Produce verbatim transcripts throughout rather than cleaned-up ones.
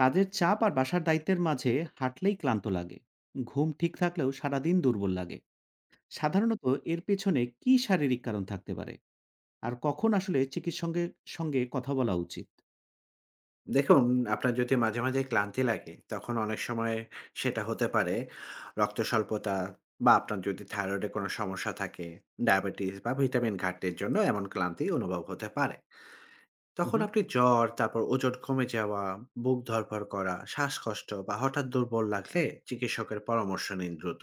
কাজের চাপ আর বাসার দায়িত্বের মাঝে হাঁটলেই ক্লান্ত লাগে। ঘুম ঠিক থাকলেও সারাদিন দুর্বল লাগে। সাধারণত এর পেছনে কি শারীরিক কারণ থাকতে পারে, আর কখন আসলে চিকিৎসঙ্গে সঙ্গে সঙ্গে কথা বলা উচিত? দেখুন, আপনার যদি মাঝে, মাঝে ক্লান্তি লাগে, তখন অনেক সময় সেটা হতে পারে রক্ত স্বল্পতা বা আপনার যদি থাইরয়েডে কোনো সমস্যা থাকে, ডায়াবেটিস বা ভিটামিন ঘাটতির জন্য এমন ক্লান্তি অনুভব হতে পারে। তখন হুম। আপনি জ্বর, তারপর ওজন কমে যাওয়া, বুক ধড়ফড় করা, শ্বাসকষ্ট বা হঠাৎ দুর্বল লাগলে চিকিৎসকের পরামর্শ নিন দ্রুত।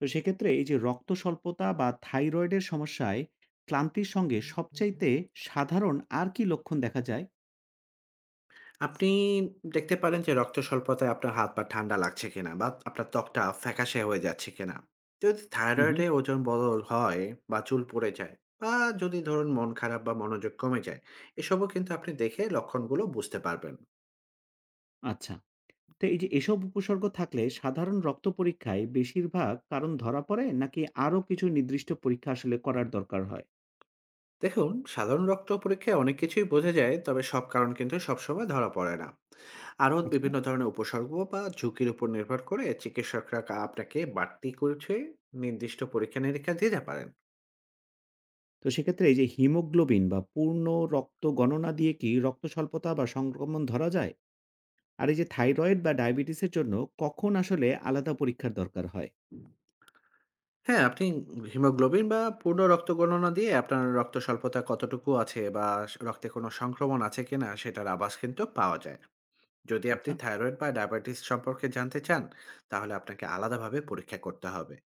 তো সেক্ষেত্রে এই যে রক্ত স্বল্পতা বা থাইরয়েডের সমস্যায় ক্লান্তির সঙ্গে সবচাইতে সাধারণ আর কি লক্ষণ দেখা যায়? আপনি দেখতে পারেন যে রক্ত স্বল্পতায় আপনার হাত পা ঠান্ডা লাগছে কিনা বা আপনার ত্বকটা ফ্যাকাশে হয়ে যাচ্ছে কিনা। যদি হুম। থাইরয়েডে ওজন বদল হয় বা চুল পড়ে যায় বা যদি ধরুন মন খারাপ বা মনোযোগ কমে যায়, এসবও কিন্তু আপনি দেখে লক্ষণগুলো বুঝতে পারবেন। আচ্ছা। তো এই যে এসব উপসর্গ থাকলে সাধারণ রক্ত পরীক্ষায় বেশিরভাগ কারণ ধরা পড়ে, নাকি আরো কিছু নির্দিষ্ট পরীক্ষা আসলে করার দরকার হয়? দেখুন, সাধারণ রক্ত পরীক্ষায় অনেক কিছুই বোঝা যায়, তবে সব কারণ কিন্তু সবসময় ধরা পড়ে না। আরও আচ্ছা। বিভিন্ন ধরনের উপসর্গ বা ঝুঁকির উপর নির্ভর করে চিকিৎসকরা কা- আপনাকে বাড়তি করছে নির্দিষ্ট পরীক্ষা নিরীক্ষা দিতে পারেন। তো সেক্ষেত্রে এই যে হিমোগ্লোবিন বা পূর্ণ রক্ত গণনা দিয়ে কি রক্ত স্বল্পতা বা সংক্রমণ ধরা যায়? আর এই যে থাইরয়েড বা ডায়াবেটিসের জন্য কখন আসলে আলাদা পরীক্ষার দরকার হয়? হ্যাঁ, আপনি হিমোগ্লোবিন বা পূর্ণ রক্ত গণনা দিয়ে আপনার রক্ত স্বল্পতা কতটুকু আছে বা স রক্তে কোনো সংক্রমণ আছে কিনা সেটার আভাস কিন্তু পাওয়া যায়। যদি আপনি আচ্ছা। থাইরয়েড বা ডায়াবেটিস সম্পর্কে জানতে চান, তাহলে আপনাকে আলাদাভাবে পরীক্ষা করতে হবে।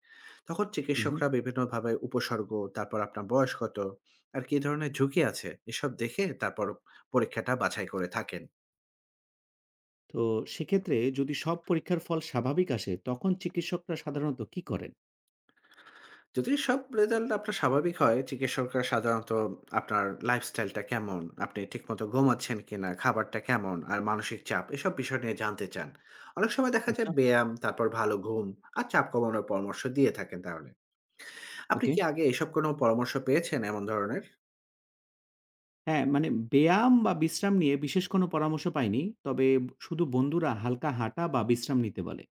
তখন হুম, হুম। চিকিৎসকরা বিভিন্নভাবে উপসর্গ, তারপর আপনার বয়স কত আর কী ধরনের ঝুঁকি আছে এসব দেখে তারপর পরীক্ষাটা বাছাই করে থাকেন। তো সেক্ষেত্রে যদি সব পরীক্ষার ফল স্বাভাবিক আসে, তখন চিকিৎসকরা সাধারণত কি করেন? যদি সব রেজাল্ট আপনার স্বাভাবিক হয়, চিকিৎসকরা সাধারণত আপনার লাইফস্টাইলটা কেমন, আপনি ঠিকমতো ঘুমাচ্ছেন কিনা, খাবারটা কেমন আর মানসিক চাপ এসব বিষয় নিয়ে জানতে চান। অনেক সময় দেখা আচ্ছা। যায় ব্যায়াম, তারপর ভালো ঘুম আর চাপ কমানোর পরামর্শ দিয়ে থাকেন তাহলে। আপনি ওকে। কি আগে এসব কোনো পরামর্শ পেয়েছেন এমন ধরনের? হ্যাঁ, মানে ব্যায়াম বা বিশ্রাম নিয়ে বিশেষ কোনো পরামর্শ পাইনি। তবে শুধু বন্ধুরা হালকা হাঁটা বা বিশ্রাম নিতে বলে।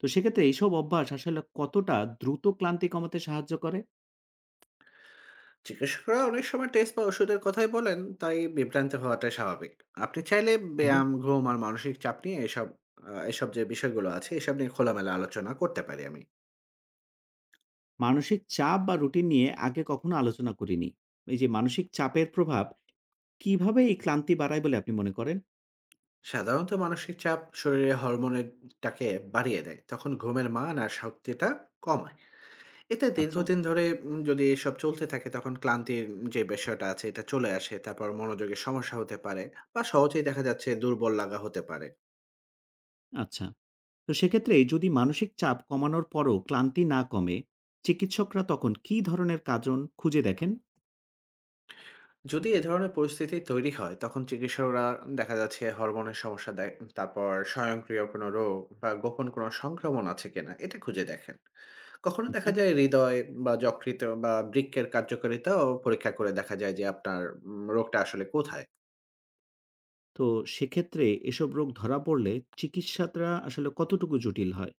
তো সেক্ষেত্রে এইসব অভ্যাস আসলে কতটা দ্রুত ক্লান্তি কমাতে সাহায্য করে? চিকিৎসকরা অনেক সময় টেস্ট বা ওষুধের কথাই বলেন, তাই বিভ্রান্ত হওয়াটাই স্বাভাবিক। আপনি চাইলে ব্যায়াম, ঘুম আর মানসিক চাপ নিয়ে এসব আ এসব যে বিষয়গুলো আছে এসব নিয়ে খোলামেলা আলোচনা করতে পারি আমি। মানসিক চাপ বা রুটিন নিয়ে আগে কখনো আলোচনা করিনি। এই যে মানসিক চাপের প্রভাব কিভাবে এই ক্লান্তি বাড়ায় বলে আপনি মনে করেন? সাধারণত মানসিক চাপ শরীরে হরমোনের টাকে বাড়িয়ে দেয়, তখন ঘুমের মান আর শক্তিটা কমায়। এতে আচ্ছা, দীর্ঘদিন ধরে উম, যদি এসব চলতে থাকে তখন ক্লান্তির যে বিষয়টা আছে এটা চলে আসে, তারপর মনোযোগের সমস্যা হতে পারে বা সহজেই দেখা যাচ্ছে দুর্বল লাগা হতে পারে। আচ্ছা। তো সেক্ষেত্রে যদি মানসিক চাপ কমানোর পরও ক্লান্তি না কমে, চিকিৎসকরা তখন কী ধরনের কারণ খুঁজে দেখেন? যদি এ ধরনের পরিস্থিতি তৈরি হয় তখন চিকিৎসকরা দেখা যাচ্ছে হরমোনের সমস্যা দেয়, তারপর স্বয়ংক্রিয় কোনো রোগ বা গোপন কোনো সংক্রমণ আছে কিনা এটা খুঁজে দেখেন। কখনো আচ্ছা। দেখা যায় হৃদয় বা যকৃত বা বৃক্কের কার্যকারিতাও পরীক্ষা করে দেখা যায় যে আপনার উম, রোগটা আসলে কোথায়। তো সেক্ষেত্রে এসব রোগ ধরা পড়লে চিকিৎসাটা আসলে কতটুকু জটিল হয়?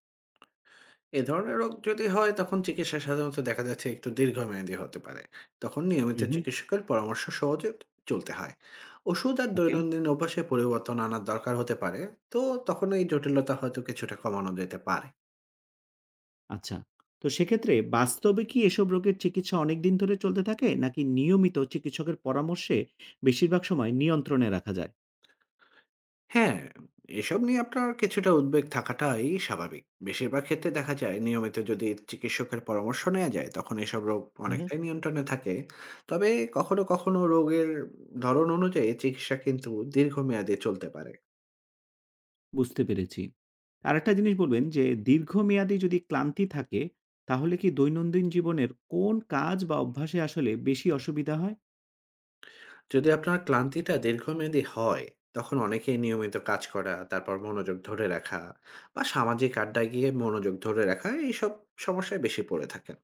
এ ধরনের রোগ যদি হয় তখন চিকিৎসা সাধারণত দেখা যাচ্ছে একটু দীর্ঘমেয়াদী হতে পারে। তখন নিয়মিত উহু। চিকিৎসকের পরামর্শ সহজে চলতে হয়। ওষুধ আর ওকে। দৈনন্দিন অভ্যাসে পরিবর্তন আনার দরকার হতে পারে। তো তখন এই জটিলতা হয়তো কিছুটা কমানো যেতে পারে। আচ্ছা। তো সেক্ষেত্রে বাস্তবে কি এসব রোগের চিকিৎসা অনেকদিন ধরে চলতে থাকে? নাকি নিয়মিত চিকিৎসকের পরামর্শে বেশিরভাগ সময় নিয়ন্ত্রণে রাখা যায়? হ্যাঁ, এসব নিয়ে আপনার কিছুটা উদ্বেগ থাকাটাই স্বাভাবিক। বেশিরভাগ ক্ষেত্রে দেখা যায় নিয়মিত যদি চিকিৎসকের পরামর্শ নেয়া যায়, তখন এসব রোগ হুম, হুম। অনেকটাই নিয়ন্ত্রণে থাকে। তবে কখনো, কখনো রোগের ধরন অনুযায়ী চিকিৎসা কিন্তু দীর্ঘমেয়াদে চলতে পারে। বুঝতে পেরেছি। আরেকটা জিনিস বলবেন যে দীর্ঘমেয়াদী যদি ক্লান্তি থাকে, তাহলে কি দৈনন্দিন জীবনের কোন কাজ বা অভ্যাসে আসলে বেশি অসুবিধা হয়? যদি আপনার ক্লান্তিটা দীর্ঘমেয়াদী হয়, তখন অনেকেই নিয়মিত কাজ করা, তারপর মনোযোগ ধরে রাখা বা সামাজিক আড্ডায় গিয়ে মনোযোগ ধরে রাখা, এইসব সমস্যায় বেশি পড়ে থাকেন।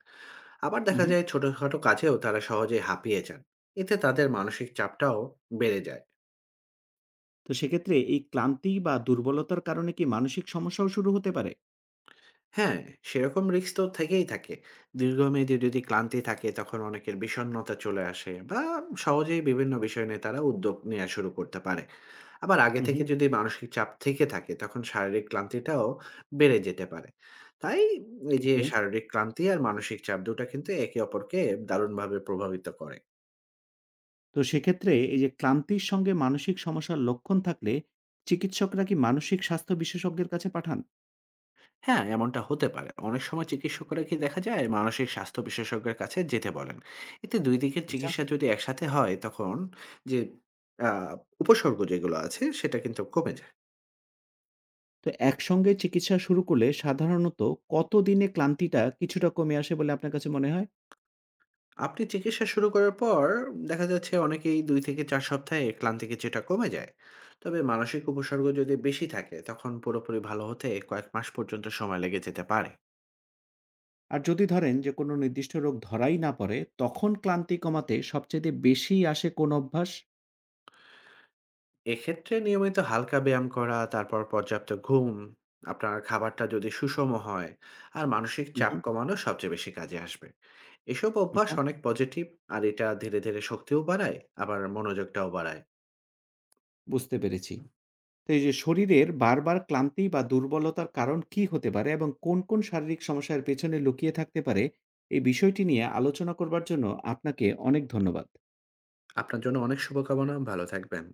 আবার হুম, দেখা হুম। যায় ছোটখাটো কাজেও তারা সহজে হাঁপিয়ে যান, এতে তাদের মানসিক চাপটাও বেড়ে যায়। তো সেক্ষেত্রে এই ক্লান্তি বা দুর্বলতার কারণে কি মানসিক সমস্যাও শুরু হতে পারে? হ্যাঁ, সেরকম রিস্ক তো থেকেই থাকে। দীর্ঘমেয়াদী যদি ক্লান্তি থাকে তখন অনেকের বিষণ্ণতা চলে আসে বা সহজেই বিভিন্ন বিষয় নিয়ে তারা উদ্যোগ নেওয়া শুরু করতে পারে। আবার আগে হুম, থেকে হুম। যদি মানসিক চাপ থেকে থাকে তখন শারীরিক ক্লান্তিটাও বেড়ে যেতে পারে। তাই এই যে ওকে। শারীরিক ক্লান্তি আর মানসিক চাপ দুটা কিন্তু একে অপরকে দারুণভাবে প্রভাবিত করে। তো সেক্ষেত্রে এই যে ক্লান্তির সঙ্গে মানসিক সমস্যার লক্ষণ থাকলে চিকিৎসকরা কি মানসিক স্বাস্থ্য বিশেষজ্ঞের কাছে পাঠান? হ্যাঁ, এমনটা হতে পারে। অনেক সময় চিকিৎসকরা কি দেখা যায় মানসিক স্বাস্থ্য বিশেষজ্ঞের কাছে যেতে বলেন। এতে দুই দিকের আচ্ছা। চিকিৎসা যদি একসাথে হয় তখন যে আ উপসর্গ যেগুলো আছে সেটা কিন্তু কমে যায়। তো একসঙ্গে চিকিৎসা শুরু করলে সাধারণত কতদিনে ক্লান্তিটা কিছুটা কমে আসে বলে আপনার কাছে মনে হয়? আপনি চিকিৎসা শুরু করার পর দেখা যাচ্ছে অনেকেই দুই থেকে চার সপ্তাহে ক্লান্তি কিছুটা কমে যায়। তবে মানসিক উপসর্গ যদি বেশি থাকে তখন পুরোপুরি ভালো হতে কয়েক মাস পর্যন্ত সময় লেগে যেতে পারে। আর যদি ধরেন যে কোনো নির্দিষ্ট রোগ ধরাই না পড়ে, তখন ক্লান্তি কমাতে সবচেয়ে বেশি আসে কোন অভ্যাস? এক্ষেত্রে নিয়মিত হালকা ব্যায়াম করা, তারপর পর্যাপ্ত ঘুম, আপনার খাবারটা যদি সুষম হয়, আর মানসিক হুম, চাপ হুম। কমানো সবচেয়ে বেশি কাজে আসবে। এসব অভ্যাস আচ্ছা। অনেক পজিটিভ, আর এটা ধীরে, ধীরে শক্তিও বাড়ায়, আবার মনোযোগটাও বাড়ায়। বুঝতে পেরেছি। তো এই যে শরীরের বারবার ক্লান্তি বা দুর্বলতার কারণ কি হতে পারে এবং কোন, কোন শারীরিক সমস্যার পেছনে লুকিয়ে থাকতে পারে, এই বিষয়টি নিয়ে আলোচনা করবার জন্য আপনাকে অনেক ধন্যবাদ। আপনার জন্য অনেক শুভকামনা। ভালো থাকবেন।